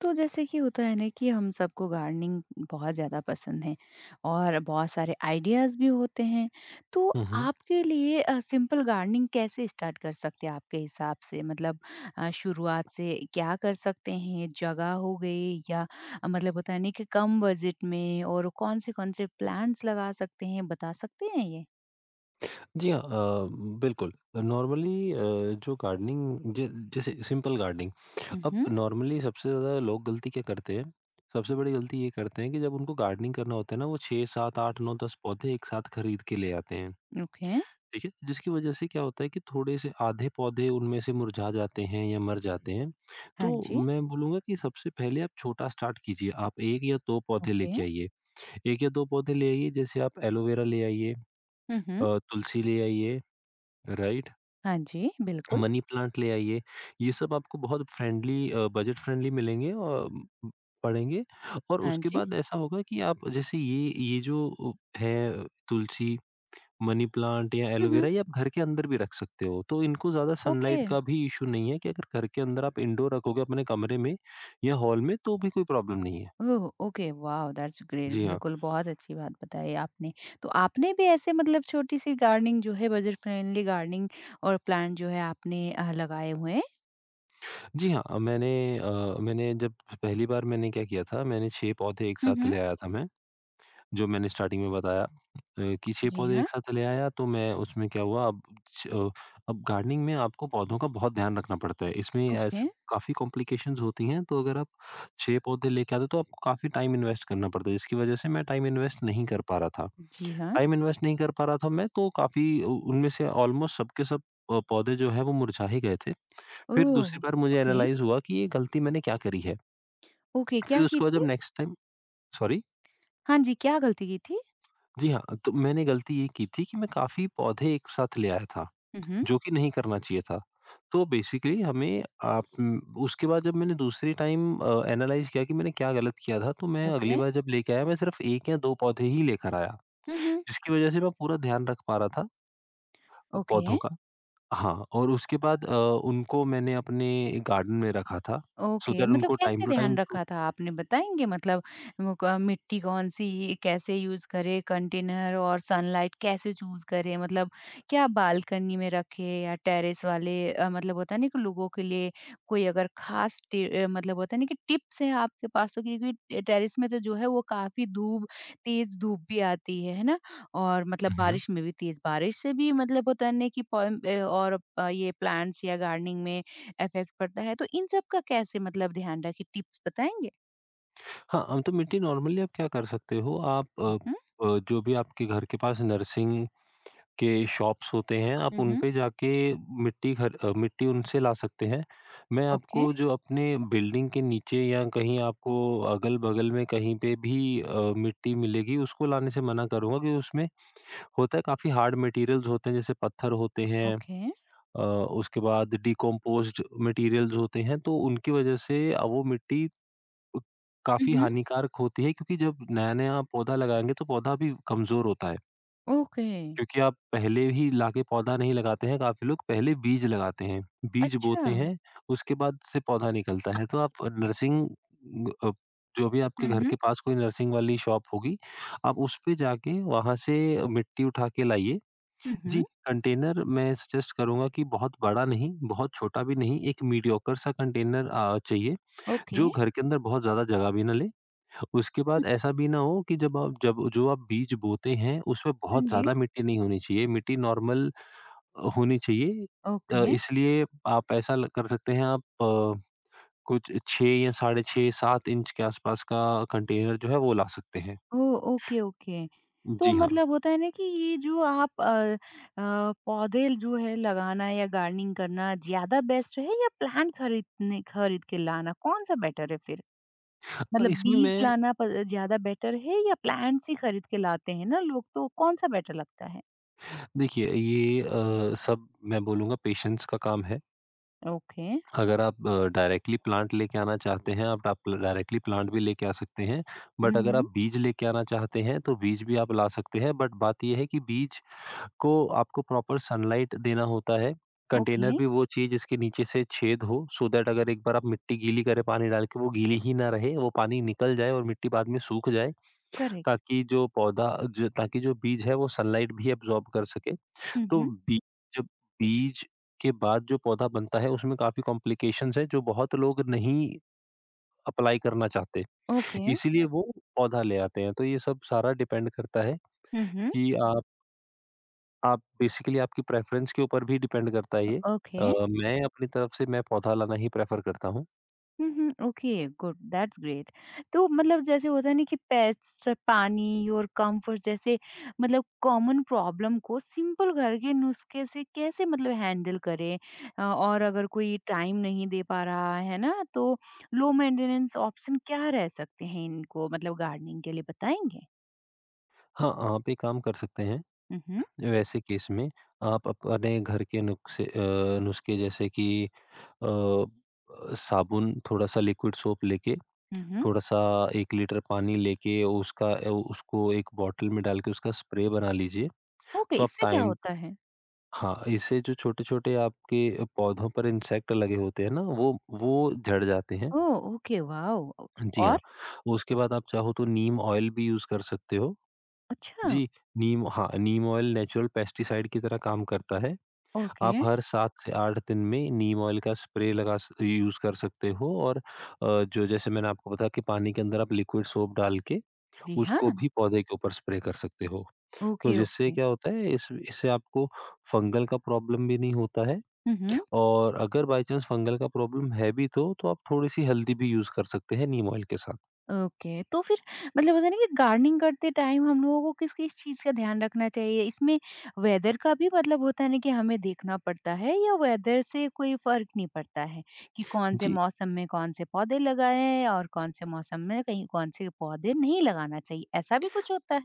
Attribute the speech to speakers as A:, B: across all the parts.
A: तो जैसे कि होता है ना कि हम सबको गार्डनिंग बहुत ज़्यादा पसंद है और बहुत सारे आइडियाज़ भी होते हैं। तो
B: हुँ, हुँ।
A: आपके लिए सिंपल गार्डनिंग कैसे स्टार्ट कर सकते हैं आपके हिसाब से? मतलब शुरुआत से क्या कर सकते हैं? जगह हो गई या मतलब होता है ना कि कम बजट में और कौन से प्लांट्स लगा सकते हैं, बता सकते हैं ये?
B: जी हाँ, बिल्कुल। नॉर्मली अ, जो गार्डनिंग ज जैसे सिंपल गार्डनिंग, अब
A: उहुँ,
B: नॉर्मली सबसे ज़्यादा लोग गलती क्या करते हैं, सबसे बड़ी गलती ये करते हैं कि जब उनको गार्डनिंग करना होता है ना, वो 6, 7, 8, 9, 10 पौधे एक साथ खरीद के ले आते हैं,
A: ओके।
B: ठीक है? जिसकी वजह से क्या होता है कि थोड़े से आधे पौधे उनमें से मुरझा जाते हैं या मर जाते हैं।
A: हाँ
B: तो
A: जी,
B: मैं बोलूँगा कि सबसे पहले आप छोटा स्टार्ट कीजिए, आप 1 या 2 पौधे
A: ओके।
B: लेके आइए। 1 या 2 पौधे ले आइए, जैसे आप एलोवेरा ले आइए,
A: हुँ, हुँ।
B: तुलसी ले आइए, राइट,
A: हाँ जी, बिल्कुल।
B: मनी प्लांट ले आइए। ये सब आपको बहुत फ्रेंडली बजट फ्रेंडली मिलेंगे और म, पड़ेंगे। और
A: हाँ
B: उसके
A: जी।
B: बाद ऐसा होगा कि आप जैसे ये जो है तुलसी, मनी प्लांट या
A: हुँ,
B: एलोवेरा,
A: हुँ,
B: ये आप घर के अंदर भी रख सकते हो तो इनको ज़्यादा
A: ओके।
B: सनलाइट का भी इशू नहीं है कि अगर घर के अंदर आप इंडोर रखोगे अपने कमरे में या हॉल में तो भी कोई प्रॉब्लम नहीं है।
A: Oh! Okay, wow that's great.
B: जी हाँ।
A: बिल्कुल, बहुत अच्छी बात बताई आपने। तो आपने भी ऐसे मतलब छोटी-सी गार्डनिंग जो है बजट फ्रेंडली गार्डनिंग और प्लांट जो है आपने लगाए हुए हैं?
B: जी हाँ, अ, मैंने जब पहली बार, मैंने क्या किया था, मैंने छः पौधे एक
A: हुँ,
B: साथ
A: हुँ।
B: ले आया था मैं। जो मैंने स्टार्टिंग में बताया कि 6
A: जी
B: पौधे
A: हाँ,
B: एक साथ ले आया तो मैं उसमें क्या हुआ अब, छ अ, अब गार्डनिंग में आपको पौधों का बहुत ध्यान रखना पड़ता है। इसमें
A: ओके।
B: ऐसे काफ़ी कॉम्प्लिकेशंस होती हैं, तो अगर आप 6 पौधे लेके आते हो तो आपको काफ़ी टाइम इन्वेस्ट करना पड़ता है, जिसकी वज़ह से मैं टाइम इन्वेस्ट नहीं कर पा रहा था।
A: जी हाँ।
B: टाइम इन्वेस्ट नहीं कर पा रहा था मैं, तो काफ़ी उ उनमें से ऑलमोस्ट सब के सब पौधे जो हैं वो मुरझा ही गए थे। फिर
A: ओह!
B: दूसरी बार मुझे
A: ओके,
B: एनालाइज़ हुआ कि ये गलती मैंने क्या करी है?
A: ओके
B: फिर
A: क्या की
B: उसके बाद जब
A: थी?
B: Next time, sorry?
A: हाँ जी, क्या गलती की थी?
B: जी हाँ, तो मैंने गलती ये की थी कि मैं काफ़ी पौधे एक साथ ले आया था,
A: हुँ, हुँ,
B: जो कि नहीं करना चाहिए था। तो बेसिकली हमें आप उम, उसके बाद जब मैंने दूसरी टाइम एनालाइज़ किया कि मैंने क्या गलत किया था, तो मैं अगली
A: ओके।
B: बार जब लेके आया, मैं सिर्फ़ 1 या 2 पौधे ही लेकर आया,
A: हुँ, हुँ।
B: जिसकी वज़ह से मैं पूरा ध्यान रख पा रहा था पौधों
A: ओके।
B: का। हाँ, और उसके बाद उनको मैंने अपने गार्डन में रखा था, सो
A: ओके,
B: दैट
A: मतलब
B: उनको टाइम
A: कैसे
B: टू
A: ध्यान
B: टाइम धूप।
A: रखा था आपने बताएँगे? मतलब वो क मिट्टी कौन-सी कैसे यूज़ करें कंटेनर और सनलाइट कैसे चूज़ करें? मतलब क्या बालकनी में रखें या टेरेस वाले मतलब होता है ना कि लोगों के लिए कोई अगर ख़ास मतलब होता है ना कि टिप्स है आपके पास तो क्योंकि टे टेरेस में तो जो है वो काफ़ी धूप तेज़ धूप भी आती है ना? और मतलब
B: हुँ, हुँ।
A: बारिश में भी तेज़ बारिश से भी मतलब होता है ना कि और ये प्लांट्स या गार्डनिंग में इफ़ेक्ट पड़ता है, तो इन सब का कैसे मतलब ध्यान रखें, टिप्स बताएँगे?
B: हाँ, तो मिट्टी नॉर्मली आप क्या कर सकते हो,
A: हुँ,
B: जो भी आपके घर के पास नर्सिंग के शॉप्स होते हैं, आप
A: हुँ,
B: उन
A: हुँ,
B: पे जाके मिट्टी उनसे ला सकते हैं। मैं
A: ओके,
B: आपको जो अपने बिल्डिंग के नीचे या कहीं आपको अगल-बगल में कहीं पे भी मिट्टी मिलेगी, उसको लाने से मना करूँगा क्योंकि उसमें होता है, काफ़ी हार्ड मटेरियल्स होते हैं, जैसे पत्थर होते हैं,
A: ओके,
B: उसके बाद डिकम्पोज़्ड मटेरियल्स होते हैं, तो उनकी वजह से वो मिट्टी
A: हुँ,
B: काफ़ी
A: हुँ,
B: हानिकारक होती है, क्योंकि जब नया-नया पौधा लगाएँगे, तो पौधा भी कमज़ोर होता है।
A: ओके,
B: क्योंकि आप पहले ही लाके पौधा नहीं लगाते हैं, काफ़ी लोग पहले बीज लगाते हैं। बीज
A: अच्छा,
B: बोते हैं, उसके बाद से पौधा निकलता है। तो आप अ, जो भी आपके
A: हुँ,
B: घर
A: हुँ,
B: के पास कोई नर्सिंग वाली शॉप होगी, आप उस पे जाके वहाँ से मिट्टी उठा के लाइए।
A: हुँ,
B: जी,
A: हुँ,
B: कंटेनर मैं सजेस्ट करूँगा कि बहुत बड़ा नहीं, बहुत छोटा भी नहीं, एक मीडियोकर सा कंटेनर चाहिए।
A: ओके,
B: जो घर के अंदर बहुत ज़्यादा जगह भी ना ले। उसके
A: हुँ,
B: बाद ऐसा भी ना हो कि जब आप जब जो आप बीज बोते हैं, उसमें
A: हाँ
B: बहुत
A: जी,
B: ज़्यादा मिट्टी नहीं होनी चाहिए, मिट्टी नॉर्मल होनी चाहिए।
A: ओके,
B: इसलिए आप ऐसा ल कर सकते हैं, कुछ 6 या साढ़े 6, 7 इंच के आसपास का कंटेनर जो है वो ला सकते हैं।
A: ओह! Okay, okay. तो
B: जी हाँ।
A: मतलब होता है ना कि ये जो आप पौधे जो है लगाना या गार्डनिंग करना ज़्यादा बेस्ट है या प्लांट खरीद के लाना, कौन-सा बेटर है फिर?
B: अ,
A: मतलब
B: इसमें
A: बीज
B: मैं
A: लाना प ज़्यादा बेटर है या प्लांट्स ही खरीद के लाते हैं ना लोग, तो कौन-सा बेटर लगता है?
B: देखिए ये सब मैं बोलूँगा पेशेंस का काम है।
A: ओके,
B: अगर आप डायरेक्टली प्लांट लेके आना चाहते हैं, आप डायरेक्टली प्लांट भी लेके आ सकते हैं।
A: हुँ,
B: बट अगर आप
A: हुँ,
B: बीज लेके आना चाहते हैं, तो बीज भी आप ला सकते हैं। बट बात ये है कि बीज को आपको प्रॉपर सनलाइट देना होता है। कंटेनर
A: ओके,
B: भी वो चाहिए जिसके नीचे से छेद हो, so दैट अगर एक बार आप मिट्टी गीली करें पानी डाल के, वो गीली ही ना रहे, वो पानी निकल जाए और मिट्टी बाद में सूख जाए,
A: करेक्ट,
B: ताकि जो पौधा ज ताकि जो बीज है, वो सनलाइट भी एब्ज़ॉर्ब कर सके।
A: हुँ,
B: तो
A: हुँ,
B: बीज जब बीज के बाद जो पौधा बनता है उसमें काफ़ी कॉम्प्लिकेशंस हैं, जो बहुत लोग नहीं अप्लाई करना चाहते।
A: ओके,
B: इसीलिए वो पौधा ले आते हैं। तो ये सब सारा डिपेंड करता है
A: हुँ, हुँ,
B: कि आप बेसिकली आपकी प्रेफ़रेंस के ऊपर भी डिपेंड करता है ये। अ,
A: ओके,
B: मैं अपनी तरफ से मैं पौधा लाना ही प्रेफ़र करता हूँ।
A: हुँ, हुँ, ओके, गुड, दैट्स ग्रेट। तो मतलब जैसे होता है ना कि पेट्स, पानी और कम्फर्ट जैसे मतलब कॉमन प्रॉब्लम को सिंपल घर के नुस्खे से कैसे मतलब हैंडल करें? और अगर कोई टाइम नहीं दे पा रहा है ना, तो लो मेंटेनेंस ऑप्शन क्या रह सकते हैं इनको मतलब गार्डनिंग के लिए बताएँगे?
B: हाँ, आप एक काम कर सकते हैं
A: हुँ, हुँ,
B: वैसे केस में, आप अपने घर के नुस्खे जैसे कि अ, साबुन, थोड़ा-सा लिक्विड सोप लेके,
A: हुँ, हुँ,
B: थोड़ा-सा 1 लीटर पानी लेके उसको एक बॉटल में डाल के उसका स्प्रे बना लीजिए।
A: ओके,
B: तो आप
A: इससे क्या
B: टाइम
A: होता है?
B: हाँ, इससे जो छोटे-छोटे आपके पौधों पर इंसेक्ट लगे होते हैं ना, वो झड़ जाते हैं।
A: ओह! Okay, wow!
B: जी हाँ,
A: और?
B: उसके बाद आप चाहो तो नीम ऑयल भी यूज़ कर सकते हो।
A: अच्छा,
B: जी, नीम ऑयल नेचुरल पेस्टिसाइड की तरह काम करता है।
A: ओके।
B: आप हर 7 से 8 दिन में नीम ऑयल का स्प्रे लगा स यूज़ कर सकते हो, और जो जैसे मैंने आपको बताया कि पानी के अंदर आप लिक्विड सोप डाल के
A: जी हाँ,
B: उसको भी पौधे के ऊपर स्प्रे कर सकते हो। तो
A: ओके,
B: जिससे
A: ओके।
B: क्या होता है, इस इससे आपको फंगल का प्रॉब्लम भी नहीं होता है,
A: हुँ, हुँ।
B: और अगर बाय चांस फंगल का प्रॉब्लम है भी तो आप थोड़ी-सी हल्दी भी यूज़ कर सकते हैं नीम ऑयल के साथ।
A: ओके, तो फिर मतलब होता है ना कि गार्डनिंग करते टाइम हम लोगों को किस-किस चीज़ का ध्यान रखना चाहिए? इसमें वेदर का भी मतलब होता है ना कि हमें देखना पड़ता है या वेदर से कोई फ़र्क नहीं पड़ता है, कि कौन से
B: जी,
A: मौसम में कौन से पौधे लगाएँ और कौन से मौसम में कहीं कौन से पौधे नहीं लगाना चाहिए, ऐसा भी कुछ होता है?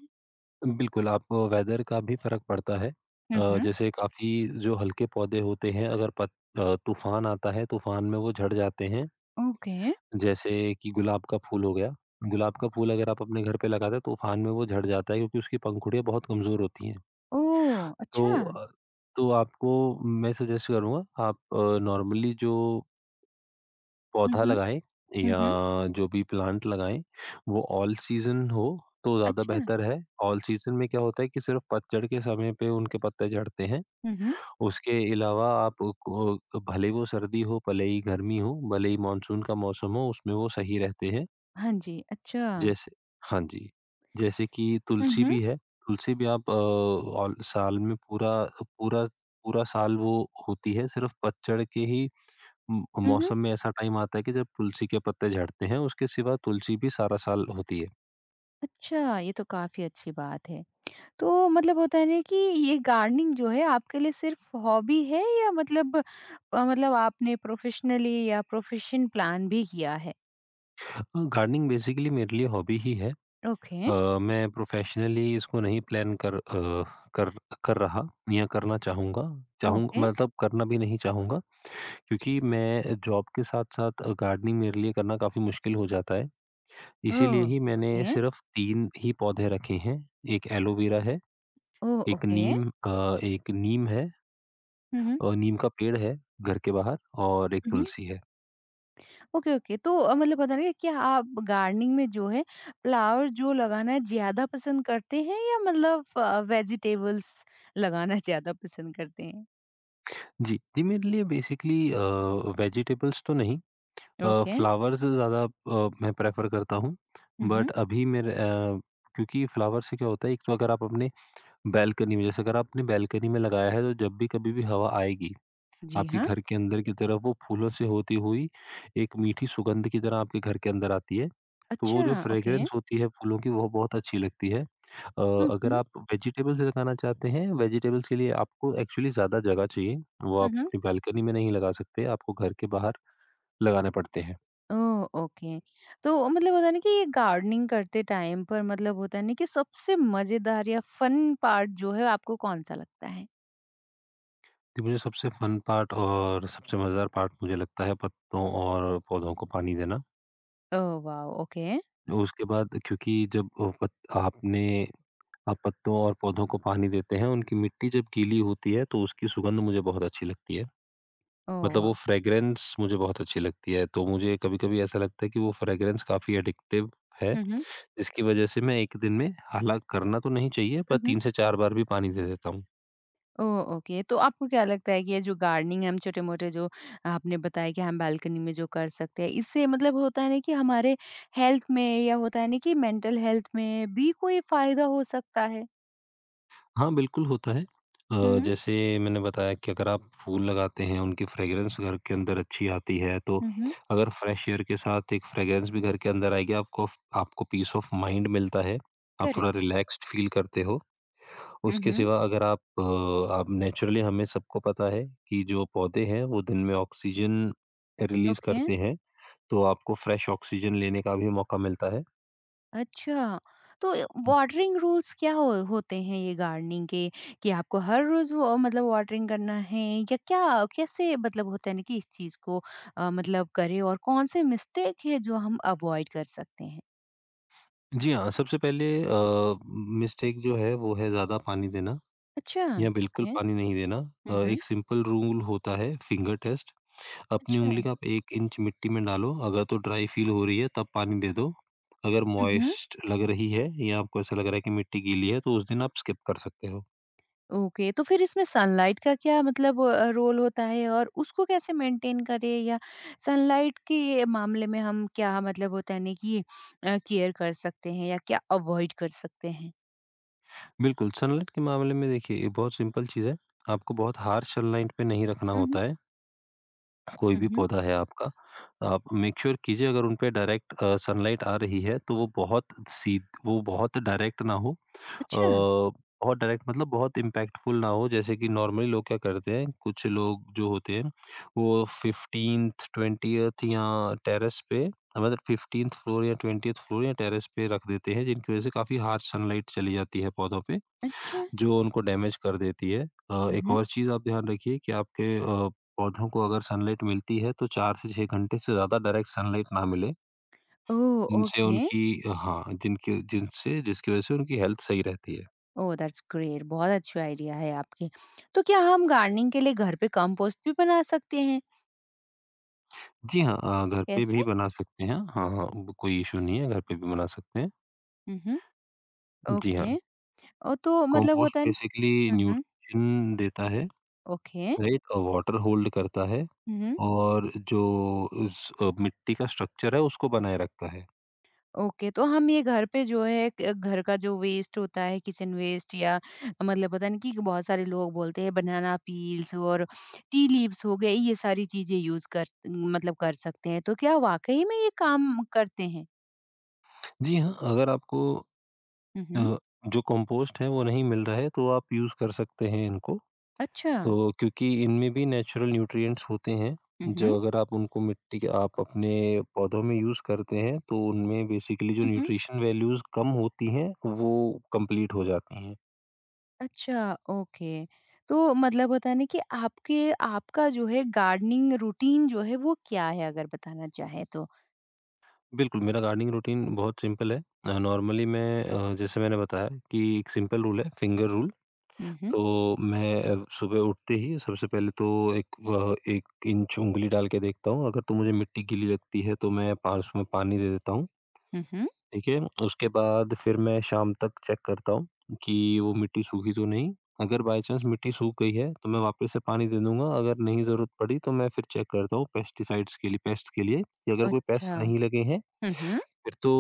B: बिल्कुल आपको वेदर का भी फ़र्क पड़ता है।
A: हुँ, हुँ।
B: जैसे काफ़ी जो हल्के पौधे होते हैं, अगर पत अ, तूफ़ान आता है, तूफ़ान में वो झड़ जाते हैं।
A: ओके।
B: जैसे कि गुलाब का फूल हो गया, गुलाब का फूल अगर आप अपने घर पे लगा दें, तूफ़ान में वो झड़ जाता है क्योंकि उसकी पंखुड़ियाँ बहुत कमज़ोर होती हैं।
A: ओह!
B: तो
A: अच्छा।
B: अ, तो आपको मैं सजेस्ट करूँगा, नॉर्मली जो
A: हुँ,
B: पौधा
A: हुँ।
B: लगाएँ
A: हुँ,
B: या
A: हुँ।
B: जो भी प्लांट लगाएँ, वो ऑल सीज़न हो तो ज़्यादा
A: अच्छा।
B: बेहतर है। ऑल सीज़न में क्या होता है कि सिर्फ़ पतझड़ के समय पे उनके पत्ते झड़ते हैं।
A: हुँ, हुँ।
B: उसके अलावा आप को भले वो सर्दी हो, भले ही गर्मी हो, भले ही मानसून का मौसम हो, उसमें वो सही रहते हैं।
A: हाँ जी, अच्छा।
B: जैसे हाँ जी, जैसे कि
A: हुँ,
B: तुलसी
A: हुँ।
B: भी है, तुलसी भी आप ऑल साल में पूरा पूरा पूरा साल वो होती है, सिर्फ़ पतझड़ के ही म
A: हुँ, हुँ।
B: मौसम में ऐसा टाइम आता है कि जब तुलसी के पत्ते झड़ते हैं, उसके सिवा तुलसी भी सारा साल होती है।
A: अच्छा, ये तो काफ़ी अच्छी बात है। तो मतलब होता है ना कि ये गार्डनिंग जो है आपके लिए सिर्फ़ हॉबी है या मतलब मतलब आपने प्रोफ़ेशनली या प्रोफ़ेशन प्लान भी किया है?
B: अ, गार्डनिंग बेसिकली मेरे लिए हॉबी ही है।
A: ओके,
B: अ, मैं प्रोफ़ेशनली इसको नहीं प्लान कर अ, कर कर रहा या करना चाहूँगा चाहूँ
A: ओके।
B: मतलब करना भी नहीं चाहूँगा, क्योंकि मैं जॉब के साथ-साथ गार्डनिंग मेरे लिए करना काफ़ी मुश्किल हो जाता है।
A: ओह!
B: इसीलिए ही मैंने
A: ओके।
B: सिर्फ़ 3 ही पौधे रखे हैं। एक एलोवेरा है,
A: ओह! ओके।
B: एक नीम है,
A: हुँ, हुँ।
B: और नीम का पेड़ है घर के बाहर, और एक
A: हुँ, हुँ।
B: तुलसी है।
A: Okay, okay. तो मतलब होता है ना कि क्या आप गार्डनिंग में जो है फ्लावर जो लगाना ज़्यादा पसंद करते हैं या मतलब वेजिटेबल्स लगाना ज़्यादा पसंद करते हैं?
B: जी मेरे लिए बेसिकली अ, वेजिटेबल्स तो नहीं अ,
A: ओके।
B: फ्लावर्स ज़्यादा मैं प्रेफ़र करता हूँ।
A: हुँ, हुँ।
B: बट अभी मेरे अ, क्योंकि फ्लावर से क्या होता है, एक तो अगर आप अपने बालकनी में, जैसे अगर आपने बालकनी में लगाया है, तो जब भी कभी भी हवा आएगी
A: जी
B: आपके
A: हाँ।
B: घर के अंदर की तरफ, वो फूलों से होती हुई एक मीठी सुगंध की तरह आपके घर के अंदर आती है। तो
A: अच्छा,
B: वो जो
A: ओके।
B: फ्रेग्रेंस होती है फूलों की, वो बहुत अच्छी लगती है।
A: हुँ,
B: अगर
A: हुँ।
B: आप वेजिटेबल्स लगाना चाहते हैं, वेजिटेबल्स के लिए आपको एक्चुअली ज़्यादा जगह चाहिए। वो
A: हुँ,
B: आप
A: हुँ।
B: अपनी बालकनी में नहीं लगा सकते, आपको घर के बाहर लगाने पड़ते हैं।
A: ओह! ओके। तो मतलब होता है ना कि ये गार्डनिंग करते टाइम पर मतलब होता है ना कि सबसे मज़ेदार या फन पार्ट जो है आपको कौन-सा लगता है?
B: तो मुझे सबसे फन पार्ट और सबसे मज़ेदार पार्ट मुझे लगता है पत्तों और पौधों को पानी देना।
A: Oh wow! ओके।
B: उसके बाद क्योंकि जब अ, पत आपने आप पत्तों और पौधों को पानी देते हैं, उनकी मिट्टी जब गीली होती है तो उसकी सुगंध मुझे बहुत अच्छी लगती है।
A: ओह
B: मतलब वो
A: वॉव!
B: फ्रेग्रेंस मुझे बहुत अच्छी लगती है, तो मुझे कभी-कभी ऐसा लगता है कि वो फ्रेग्रेंस काफ़ी एडिक्टिव है,
A: हुँ, हुँ।
B: जिसकी वजह से मैं एक दिन में हालाँकि करना तो नहीं चाहिए पर
A: हुँ, हुँ।
B: 3 से 4 बार भी पानी दे देता हूँ।
A: ओह! ओके। तो आपको क्या लगता है कि ये जो गार्डनिंग हम छोटे-मोटे जो आपने बताया कि हम बालकनी में जो कर सकते हैं, इससे मतलब होता है ना कि हमारे हेल्थ में या होता है ना कि मेंटल हेल्थ में भी कोई फ़ायदा हो सकता है?
B: हाँ, बिल्कुल होता है।
A: हुँ, हुँ।
B: जैसे मैंने बताया कि अगर आप फूल लगाते हैं, उनकी फ्रेग्रेंस घर के अंदर अच्छी आती है, तो
A: हुँ, हुँ।
B: अगर फ्रेश एयर के साथ एक फ्रेग्रेंस भी घर के अंदर आएगी, आपको पीस ऑफ माइंड मिलता है। आप थोड़ा
A: करेक्ट।
B: रिलैक्स्ड फ़ील करते हो।
A: हुँ,
B: उसके
A: हुँ।
B: सिवा अगर आप नेचुरली, हमें सबको पता है कि जो पौधे हैं, वो दिन में ऑक्सीजन रिलीज़
A: ओके।
B: करते हैं, तो आपको फ्रेश ऑक्सीजन लेने का भी मौका मिलता है।
A: अच्छा, तो वाटरिंग रूल्स क्या हो होते हैं ये गार्डनिंग के कि आपको हर रोज़ वो मतलब वाटरिंग करना है या क्या कैसे मतलब होता है ना कि इस चीज़ को मतलब करें और कौन से मिस्टेक है जो हम अवॉइड कर सकते हैं?
B: जी हाँ, सबसे पहले मिस्टेक जो है, वो है ज़्यादा पानी देना।
A: अच्छा,
B: या बिल्कुल
A: ओके।
B: पानी नहीं देना।
A: हुँ, हुँ।
B: एक सिंपल रूल होता है, फिंगर टेस्ट। अपनी उंगली
A: अच्छा।
B: का आप 1 इंच मिट्टी में डालो, अगर तो ड्राई फील हो रही है तब पानी दे दो। अगर
A: हुँ, हुँ।
B: मॉइस्ट लग रही है या आपको ऐसा लग रहा है कि मिट्टी गीली है, तो उस दिन आप स्किप कर सकते हो।
A: ओके तो फिर इसमें सनलाइट का क्या मतलब रोल होता है और उसको कैसे मेंटेन करें या सनलाइट के मामले में हम क्या मतलब होता है ना कि केयर कर सकते हैं या क्या अवॉइड कर सकते हैं?
B: बिल्कुल, सनलाइट के मामले में देखिए, ये बहुत सिंपल चीज़ है। आपको बहुत हार्श सनलाइट पे नहीं रखना
A: हम्म।
B: होता है, कोई भी
A: हम्म।
B: पौधा है आपका। आप मेक श्योर कीजिए, अगर उन पे डायरेक्ट सनलाइट आ रही है तो वो बहुत सीध वो बहुत डायरेक्ट ना हो।
A: अच्छा।
B: अ, बहुत डायरेक्ट मतलब बहुत इम्पैक्टफुल ना हो। जैसे कि नॉर्मली लोग क्या करते हैं, कुछ लोग जो होते हैं, वो 15th 20th या टेरेस पे मतलब 15th फ्लोर या 20th फ्लोर या टेरेस पे रख देते हैं, जिनकी वजह से काफी हार्श सनलाइट चली जाती है पौधों पे,
A: अच्छा।
B: जो उनको डैमेज कर देती है। एक
A: हम्म।
B: और चीज आप ध्यान रखिए कि आपके पौधों को अगर सनलाइट मिलती है तो 4 से 6 घंटे से ज्यादा डायरेक्ट सनलाइट ना मिले,
A: ओह
B: जिनसे
A: ओके।
B: उनकी हाँ जिनके जिनसे जिसकी वजह से उनकी हेल्थ सही रहती है।
A: ओह दैट्स ग्रेट, बहुत अच्छा आइडिया है आपके। तो क्या हम गार्डनिंग के लिए घर पे कंपोस्ट भी बना सकते हैं?
B: जी हाँ, घर पे भी
A: कैसे?
B: बना सकते हैं। हाँ, हाँ, ब कोई इश्यू नहीं है, घर पे भी बना सकते हैं।
A: हम्म।
B: जी हाँ,
A: ओके। ओ तो मतलब
B: कंपोस्ट
A: होता है ना
B: बेसिकली
A: कि- हम्म।
B: न्यूट्रिशन देता है,
A: ओके।
B: राइट? और वाटर होल्ड करता है,
A: हम्म।
B: और जो इस मिट्टी का स्ट्रक्चर है, उसको बनाए रखता है।
A: ओके, तो हम ये घर पे जो है क घर का जो वेस्ट होता है, किचन वेस्ट या मतलब पता नहीं कि बहुत सारे लोग बोलते हैं बनाना पील्स और टी लीव्स हो गए, ये सारी चीज़ें यूज़ कर मतलब कर सकते हैं। तो क्या वाक़ई में ये काम करते हैं?
B: जी हाँ, अगर आपको
A: हुँ, हुँ।
B: अ, जो कंपोस्ट है, वो नहीं मिल रहा है, तो आप यूज़ कर सकते हैं इनको।
A: अच्छा।
B: तो क्योंकि इनमें भी नेचुरल न्यूट्रिएंट्स होते हैं,
A: हुँ,
B: जो
A: हुँ।
B: अगर आप उनको मिट्टी के आप अपने पौधों में यूज़ करते हैं, तो उनमें बेसिकली जो
A: हुँ, हुँ।
B: न्यूट्रिशन वैल्यूज़ कम होती हैं, वो कंप्लीट हो जाती हैं।
A: अच्छा, ओके। तो मतलब होता है ना कि आपके आपका जो है गार्डनिंग रूटीन जो है वो क्या है अगर बताना चाहें तो?
B: बिल्कुल, मेरा गार्डनिंग रूटीन बहुत सिंपल है। नॉर्मली मैं जैसे मैंने बताया कि एक सिंपल रूल है, फिंगर रूल।
A: हुँ, हुँ।
B: तो मैं सुबह उठते ही सबसे पहले तो एक 1 इंच उँगली डाल के देखता हूँ, अगर तो मुझे मिट्टी गीली लगती है, तो मैं पास में पानी दे देता हूँ।
A: हुँ, हुँ।
B: ठीक है? उसके बाद फिर मैं शाम तक चेक करता हूँ कि वो मिट्टी सूखी तो नहीं। अगर बाय चांस मिट्टी सूख गई है, तो मैं वापस से पानी दे दूँगा। अगर नहीं ज़रूरत पड़ी तो मैं फिर चेक करता हूँ पेस्टिसाइड्स के लिए, पेस्ट के लिए, कि अगर कोई
A: अच्छा।
B: पेस्ट नहीं लगे हैं,
A: हुँ, हुँ।
B: फिर तो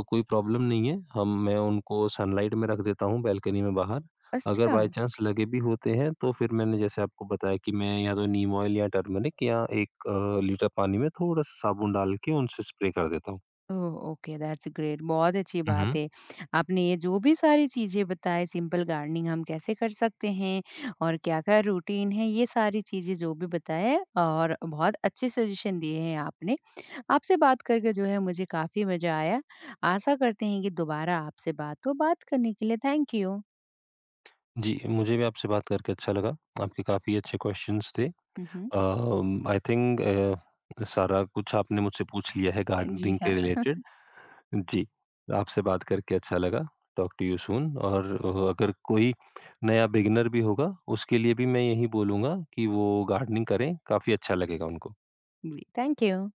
B: कोई प्रॉब्लम नहीं है। हम मैं उनको सनलाइट में रख देता हूँ, बालकनी में बाहर। अगर
A: अच्छा।
B: बाय चांस लगे भी होते हैं, तो फिर मैंने जैसे आपको बताया कि मैं या तो नीम ऑयल या टर्मरिक या 1 लीटर पानी में थोड़ा-सा साबुन डाल के उनसे स्प्रे कर देता हूँ।
A: ओह! ओके, दैट्स ग्रेट, बहुत अच्छी
B: हुँ,
A: बात
B: हुँ।
A: है। आपने ये जो भी सारी चीज़ें बताई सिंपल गार्डनिंग हम कैसे कर सकते हैं और क्या-क्या रूटीन है, ये सारी चीज़ें जो भी बताएँ और बहुत अच्छे सजेशन दिए हैं आपने। आपसे बात करके जो है मुझे काफ़ी मज़ा आया। आशा करते हैं कि दोबारा आपसे बात हो। बात करने के लिए थैंक यू।
B: जी, मुझे भी आपसे बात करके अच्छा लगा। आपके काफ़ी अच्छे क्वेश्चन्स थे।
A: हुँ, हुँ।
B: आई थिंक सारा कुछ आपने मुझसे पूछ लिया है
A: जी
B: गार्डनिंग
A: हाँ।
B: के रिलेटेड। जी, आपसे बात करके अच्छा लगा। Talk to you soon. और अगर कोई नया बिगिनर भी होगा, उसके लिए भी मैं यही बोलूँगा कि वो गार्डनिंग करें, काफ़ी अच्छा लगेगा उनको।
A: जी, थैंक यू।